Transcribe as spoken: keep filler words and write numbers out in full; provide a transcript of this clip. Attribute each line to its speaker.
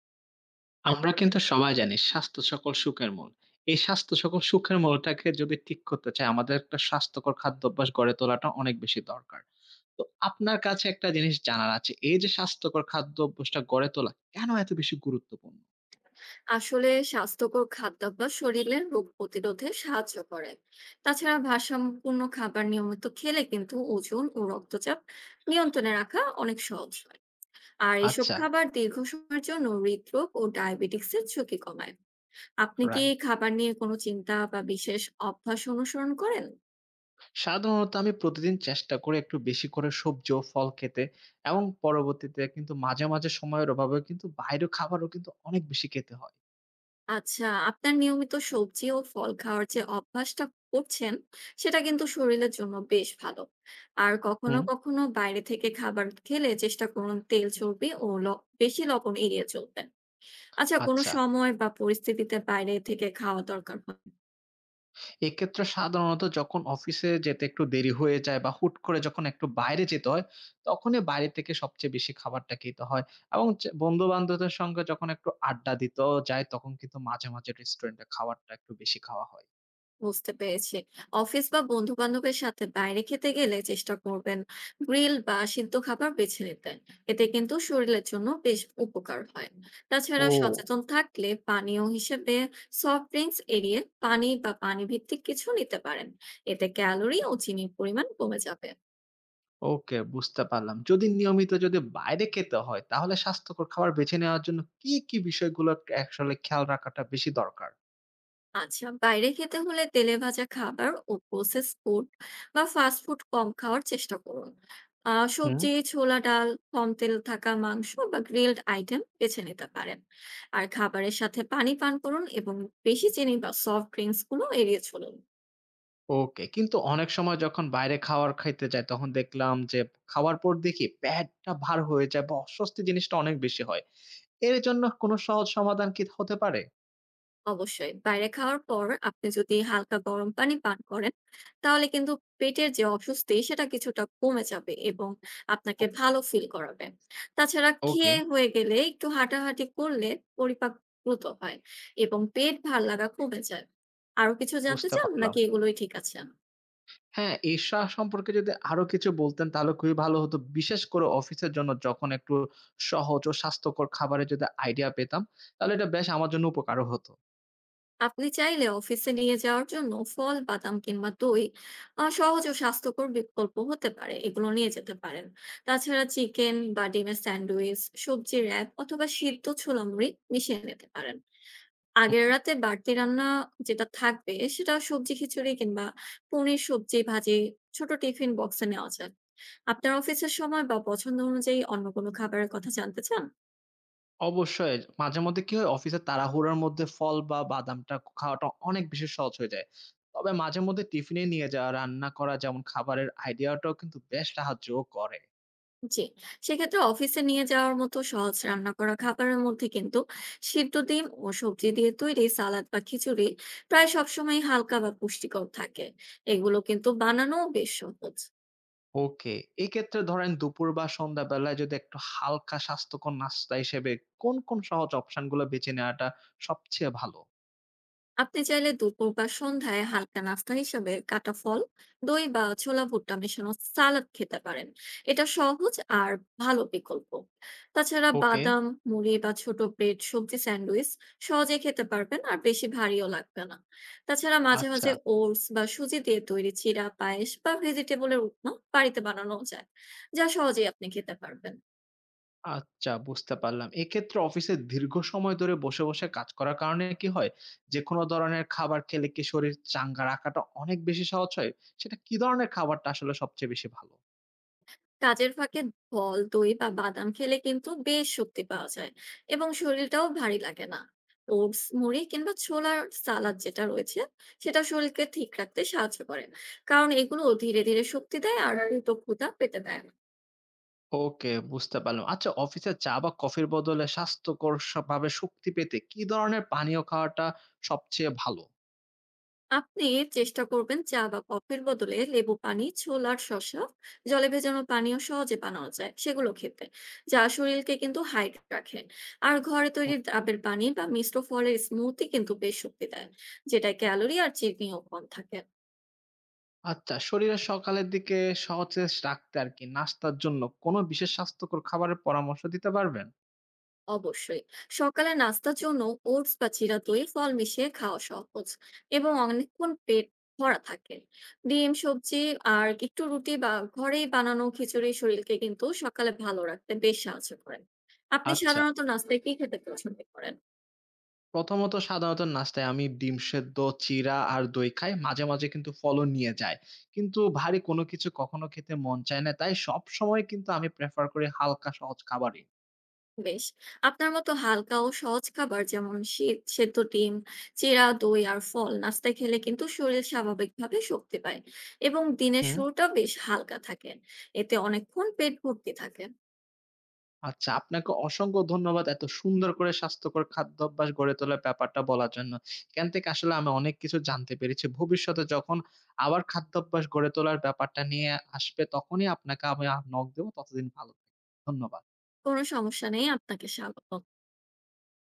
Speaker 1: আমরা কিন্তু সবাই জানি স্বাস্থ্য সকল সুখের মূল। এই স্বাস্থ্য সকল সুখের মূলটাকে যদি ঠিক করতে চাই আমাদের একটা স্বাস্থ্যকর খাদ্যাভ্যাস গড়ে তোলাটা অনেক বেশি দরকার। তো আপনার কাছে একটা জিনিস জানার আছে। এই যে স্বাস্থ্যকর খাদ্যাভ্যাসটা গড়ে তোলা কেন এত বেশি গুরুত্বপূর্ণ?
Speaker 2: আসলে স্বাস্থ্যকর খাদ্যাভ্যাস শরীরের রোগ প্রতিরোধে সাহায্য করে। তাছাড়া ভারসাম্যপূর্ণ খাবার নিয়মিত খেলে কিন্তু ওজন ও রক্তচাপ নিয়ন্ত্রণে রাখা অনেক সহজ হয়। আর এসব
Speaker 1: আচ্ছা,
Speaker 2: খাবার দীর্ঘ সময়ের জন্য হৃদরোগ ও ডায়াবেটিক্সের ঝুঁকি কমায়। আপনি কি
Speaker 1: রাইট।
Speaker 2: খাবার নিয়ে কোনো চিন্তা বা বিশেষ অভ্যাস অনুসরণ করেন?
Speaker 1: সাধারণত আমি প্রতিদিন চেষ্টা করি একটু বেশি করে সবজি ও ফল খেতে এবং পরবর্তীতে কিন্তু মাঝে, মাঝে সময়ের অভাবেও কিন্তু বাইরের খাবারও কিন্তু অনেক বেশি খেতে হয়।
Speaker 2: আচ্ছা, আপনার নিয়মিত সবজি ও ফল খাওয়ার যে অভ্যাসটা করছেন, সেটা কিন্তু শরীরের জন্য বেশ ভালো। আর কখনো,
Speaker 1: হুম।
Speaker 2: কখনো বাইরে থেকে খাবার খেলে চেষ্টা করুন তেল, চর্বি ও ল বেশি লবণ এড়িয়ে চলতে। আচ্ছা, কোনো
Speaker 1: আচ্ছা।
Speaker 2: সময় বা পরিস্থিতিতে বাইরে থেকে খাওয়া দরকার হয়?
Speaker 1: এক্ষেত্রে সাধারণত যখন অফিসে যেতে একটু দেরি হয়ে যায় বা হুট করে যখন একটু বাইরে যেতে হয়, তখনই বাইরে থেকে সবচেয়ে বেশি খাবারটা খেতে হয়। এবং চে বন্ধু-বান্ধবদের সঙ্গে যখন একটু আড্ডা দিতেও যাই, তখন কিন্তু মাঝে, মাঝে রেস্টুরেন্টে খাবারটা একটু বেশি খাওয়া হয়।
Speaker 2: বুঝতে পেরেছি। অফিস বা বন্ধু-বান্ধবের সাথে বাইরে খেতে গেলে চেষ্টা করবেন গ্রিল বা সিদ্ধ খাবার বেছে নিতে। এতে কিন্তু শরীরের জন্য বেশ উপকার হয়। তাছাড়া
Speaker 1: ও!
Speaker 2: সচেতন থাকলে পানীয় হিসেবে সফট ড্রিঙ্কস এড়িয়ে পানি বা পানি ভিত্তিক কিছু নিতে পারেন। এতে ক্যালোরি ও চিনির পরিমাণ কমে যাবে।
Speaker 1: ওকে, বুঝতে পারলাম। যদি নিয়মিত যদি বাইরে খেতে হয়, তাহলে স্বাস্থ্যকর খাবার বেছে নেওয়ার জন্য কি, কি বিষয়গুলো আসলে খেয়াল রাখাটা বেশি দরকার?
Speaker 2: আচ্ছা, বাইরে খেতে হলে তেলে ভাজা খাবার ও প্রসেস ফুড বা ফাস্ট ফুড কম খাওয়ার চেষ্টা করুন। আহ
Speaker 1: হুম।
Speaker 2: সবজি, ছোলা, ডাল, কম তেল থাকা মাংস বা গ্রিলড আইটেম বেছে নিতে পারেন। আর খাবারের সাথে পানি পান করুন এবং বেশি চিনি বা সফট ড্রিঙ্কস গুলো এড়িয়ে চলুন।
Speaker 1: ওকে। কিন্তু অনেক সময় যখন বাইরে খাওয়ার খাইতে যাই তখন দেখলাম যে খাওয়ার পর দেখি পেটটা ভার হয়ে যায় বা অস্বস্তি জিনিসটা অনেক বেশি হয়। এর জন্য কোনো সহজ সমাধান কি হতে পারে?
Speaker 2: অবশ্যই বাইরে খাওয়ার পর আপনি যদি হালকা গরম পানি পান করেন, তাহলে কিন্তু পেটের যে অস্বস্তি সেটা কিছুটা কমে যাবে এবং
Speaker 1: ও,
Speaker 2: আপনাকে ভালো ফিল করাবে। তাছাড়া
Speaker 1: ওকে,
Speaker 2: খেয়ে হয়ে গেলে একটু হাঁটাহাঁটি করলে পরিপাক দ্রুত হয় এবং পেট ভার লাগা কমে যায়। আরো কিছু জানতে
Speaker 1: বুঝতে
Speaker 2: চান
Speaker 1: পারলাম।
Speaker 2: নাকি এগুলোই ঠিক আছে?
Speaker 1: হ্যাঁ, ঈর্ষা সম্পর্কে যদি আরো কিছু বলতেন তাহলে খুবই ভালো হতো। বিশেষ করে অফিসের জন্য যখন একটু সহজ ও স্বাস্থ্যকর খাবারের যদি আইডিয়া পেতাম তাহলে এটা বেশ আমার জন্য উপকারও হতো।
Speaker 2: আপনি চাইলে অফিসে নিয়ে যাওয়ার জন্য ফল, বাদাম কিংবা দই, আহ, সহজ ও স্বাস্থ্যকর বিকল্প হতে পারে, এগুলো নিয়ে যেতে পারেন। তাছাড়া চিকেন বা ডিমের স্যান্ডউইচ, সবজি র্যাপ অথবা সিদ্ধ ছোলামুড়ি মিশিয়ে নিতে পারেন।
Speaker 1: হু।
Speaker 2: আগের রাতে বাড়তি রান্না যেটা থাকবে সেটা সবজি খিচুড়ি কিংবা পনির সবজি ভাজি ছোট টিফিন বক্সে নেওয়া যায়। আপনার অফিসের সময় বা পছন্দ অনুযায়ী অন্য কোনো খাবারের কথা জানতে চান?
Speaker 1: অবশ্যই। মাঝেমধ্যে কি হয়? অফিসের তাড়াহুড়োর মধ্যে ফল বা বাদামটা খাওয়াটা অনেক বেশি সহজ হয়ে যায়। তবে মাঝেমধ্যে টিফিনে নিয়ে যাওয়া, রান্না করা যেমন খাবারের আইডিয়াটাও কিন্তু বেশ সাহায্যও করে।
Speaker 2: জি, সেক্ষেত্রে অফিসে নিয়ে যাওয়ার মতো সহজ রান্না করা খাবারের মধ্যে কিন্তু সিদ্ধ ডিম ও সবজি দিয়ে তৈরি সালাদ বা খিচুড়ি প্রায় সবসময় হালকা বা পুষ্টিকর থাকে। এগুলো কিন্তু বানানো বেশ সহজ।
Speaker 1: ওকে, এক্ষেত্রে ধরেন দুপুর বা সন্ধ্যাবেলায় যদি একটু হালকা স্বাস্থ্যকর নাস্তা হিসেবে কোন, কোন সহজ অপশনগুলো বেছে নেওয়াটা সবচেয়ে ভালো?
Speaker 2: আপনি চাইলে দুপুর বা সন্ধ্যায় হালকা নাস্তা হিসেবে কাটা ফল, দই বা ছোলা ভুট্টা মেশানো সালাদ খেতে পারেন। এটা সহজ আর ভালো বিকল্প। তাছাড়া
Speaker 1: ওকে,
Speaker 2: বাদাম, মুড়ি বা ছোট ব্রেড সবজি স্যান্ডউইচ সহজে খেতে পারবেন, আর বেশি ভারীও লাগবে না। তাছাড়া মাঝে
Speaker 1: আচ্ছা।
Speaker 2: মাঝে ওটস বা সুজি দিয়ে তৈরি চিড়া পায়েস বা ভেজিটেবলের উপমা বাড়িতে বানানো যায়, যা সহজেই আপনি খেতে পারবেন।
Speaker 1: আচ্ছা বুঝতে পারলাম। এক্ষেত্রে অফিসে দীর্ঘ সময় ধরে বসে, বসে কাজ করার কারণে কি হয়? যেকোনো ধরনের খাবার খেলে কি শরীর চাঙ্গা রাখাটা অনেক বেশি সহজ হয়? সেটা কি ধরনের খাবারটা আসলে সবচেয়ে বেশি ভালো?
Speaker 2: কাজের ফাঁকে ফল, দই বা বাদাম খেলে কিন্তু বেশ শক্তি পাওয়া যায় এবং শরীরটাও ভারী লাগে না। ওটস, মুড়ি কিংবা ছোলার সালাদ যেটা রয়েছে সেটা শরীরকে ঠিক রাখতে সাহায্য করে, কারণ এগুলো ধীরে ধীরে শক্তি দেয় আর দ্রুত ক্ষুধা পেতে দেয় না।
Speaker 1: ওকে বুঝতে পারলাম। আচ্ছা অফিসে চা বা কফির বদলে স্বাস্থ্যকর স ভাবে শক্তি পেতে কি ধরনের পানীয় খাওয়াটা সবচেয়ে ভালো?
Speaker 2: আপনি চেষ্টা করবেন চা বা কফির বদলে লেবু পানি, ছোলার শসা জলে ভেজানো পানীয় সহজে বানানো যায় সেগুলো খেতে, যা শরীরকে কিন্তু হাইড রাখে। আর ঘরে
Speaker 1: হুম।
Speaker 2: তৈরি ডাবের পানি বা মিশ্র ফলের স্মুদি কিন্তু বেশ শক্তি দেয়, যেটা ক্যালোরি আর চিনিও কম থাকে।
Speaker 1: আচ্ছা শরীরের সকালের দিকে সতেজ রাখতে আর কি নাস্তার জন্য কোন বিশেষ স্বাস্থ্যকর খাবারের পরামর্শ দিতে পারবেন?
Speaker 2: অবশ্যই সকালে নাস্তার জন্য ওটস বা চিরা, দই, ফল মিশিয়ে খাওয়া সহজ এবং অনেকক্ষণ পেট ভরা থাকে। ডিম, সবজি আর একটু রুটি বা ঘরেই বানানো খিচুড়ি শরীরকে কিন্তু সকালে ভালো রাখতে বেশ সাহায্য করে। আপনি
Speaker 1: আচ্ছা।
Speaker 2: সাধারণত নাস্তায় কি খেতে পছন্দ করেন?
Speaker 1: প্রথমত সাধারণত নাস্তায় আমি ডিম সেদ্ধ, চিড়া আর দই খাই। মাঝে, মাঝে কিন্তু ফলও নিয়ে যাই। কিন্তু ভারী কোনো কিছু কখনো খেতে মন চায় না। তাই সবসময় কিন্তু আমি প্রেফার করি হালকা সহজ খাবারই।
Speaker 2: বেশ, আপনার মতো হালকা ও সহজ খাবার যেমন শি- সেদ্ধ ডিম, চিরা, দই আর ফল নাস্তায় খেলে কিন্তু শরীর স্বাভাবিকভাবে শক্তি পায় এবং দিনের
Speaker 1: হুম।
Speaker 2: শুরুটা বেশ হালকা থাকে। এতে অনেকক্ষণ পেট ভর্তি থাকে।
Speaker 1: আচ্ছা, আপনাকে অসংখ্য ধন্যবাদ এত সুন্দর করে স্বাস্থ্যকর খাদ্যাভ্যাস গড়ে তোলার ব্যাপারটা বলার জন্য। এখান থেকে আসলে আমি অনেক কিছু জানতে পেরেছি। ভবিষ্যতে যখন আবার খাদ্যাভ্যাস গড়ে তোলার ব্যাপারটা নিয়ে আসবে, তখনই আপনাকে আমি আ নক দেব। ততদিন ভালো থাকবেন। ধন্যবাদ।
Speaker 2: কোনো সমস্যা নেই। আপনাকে স্বাগতম।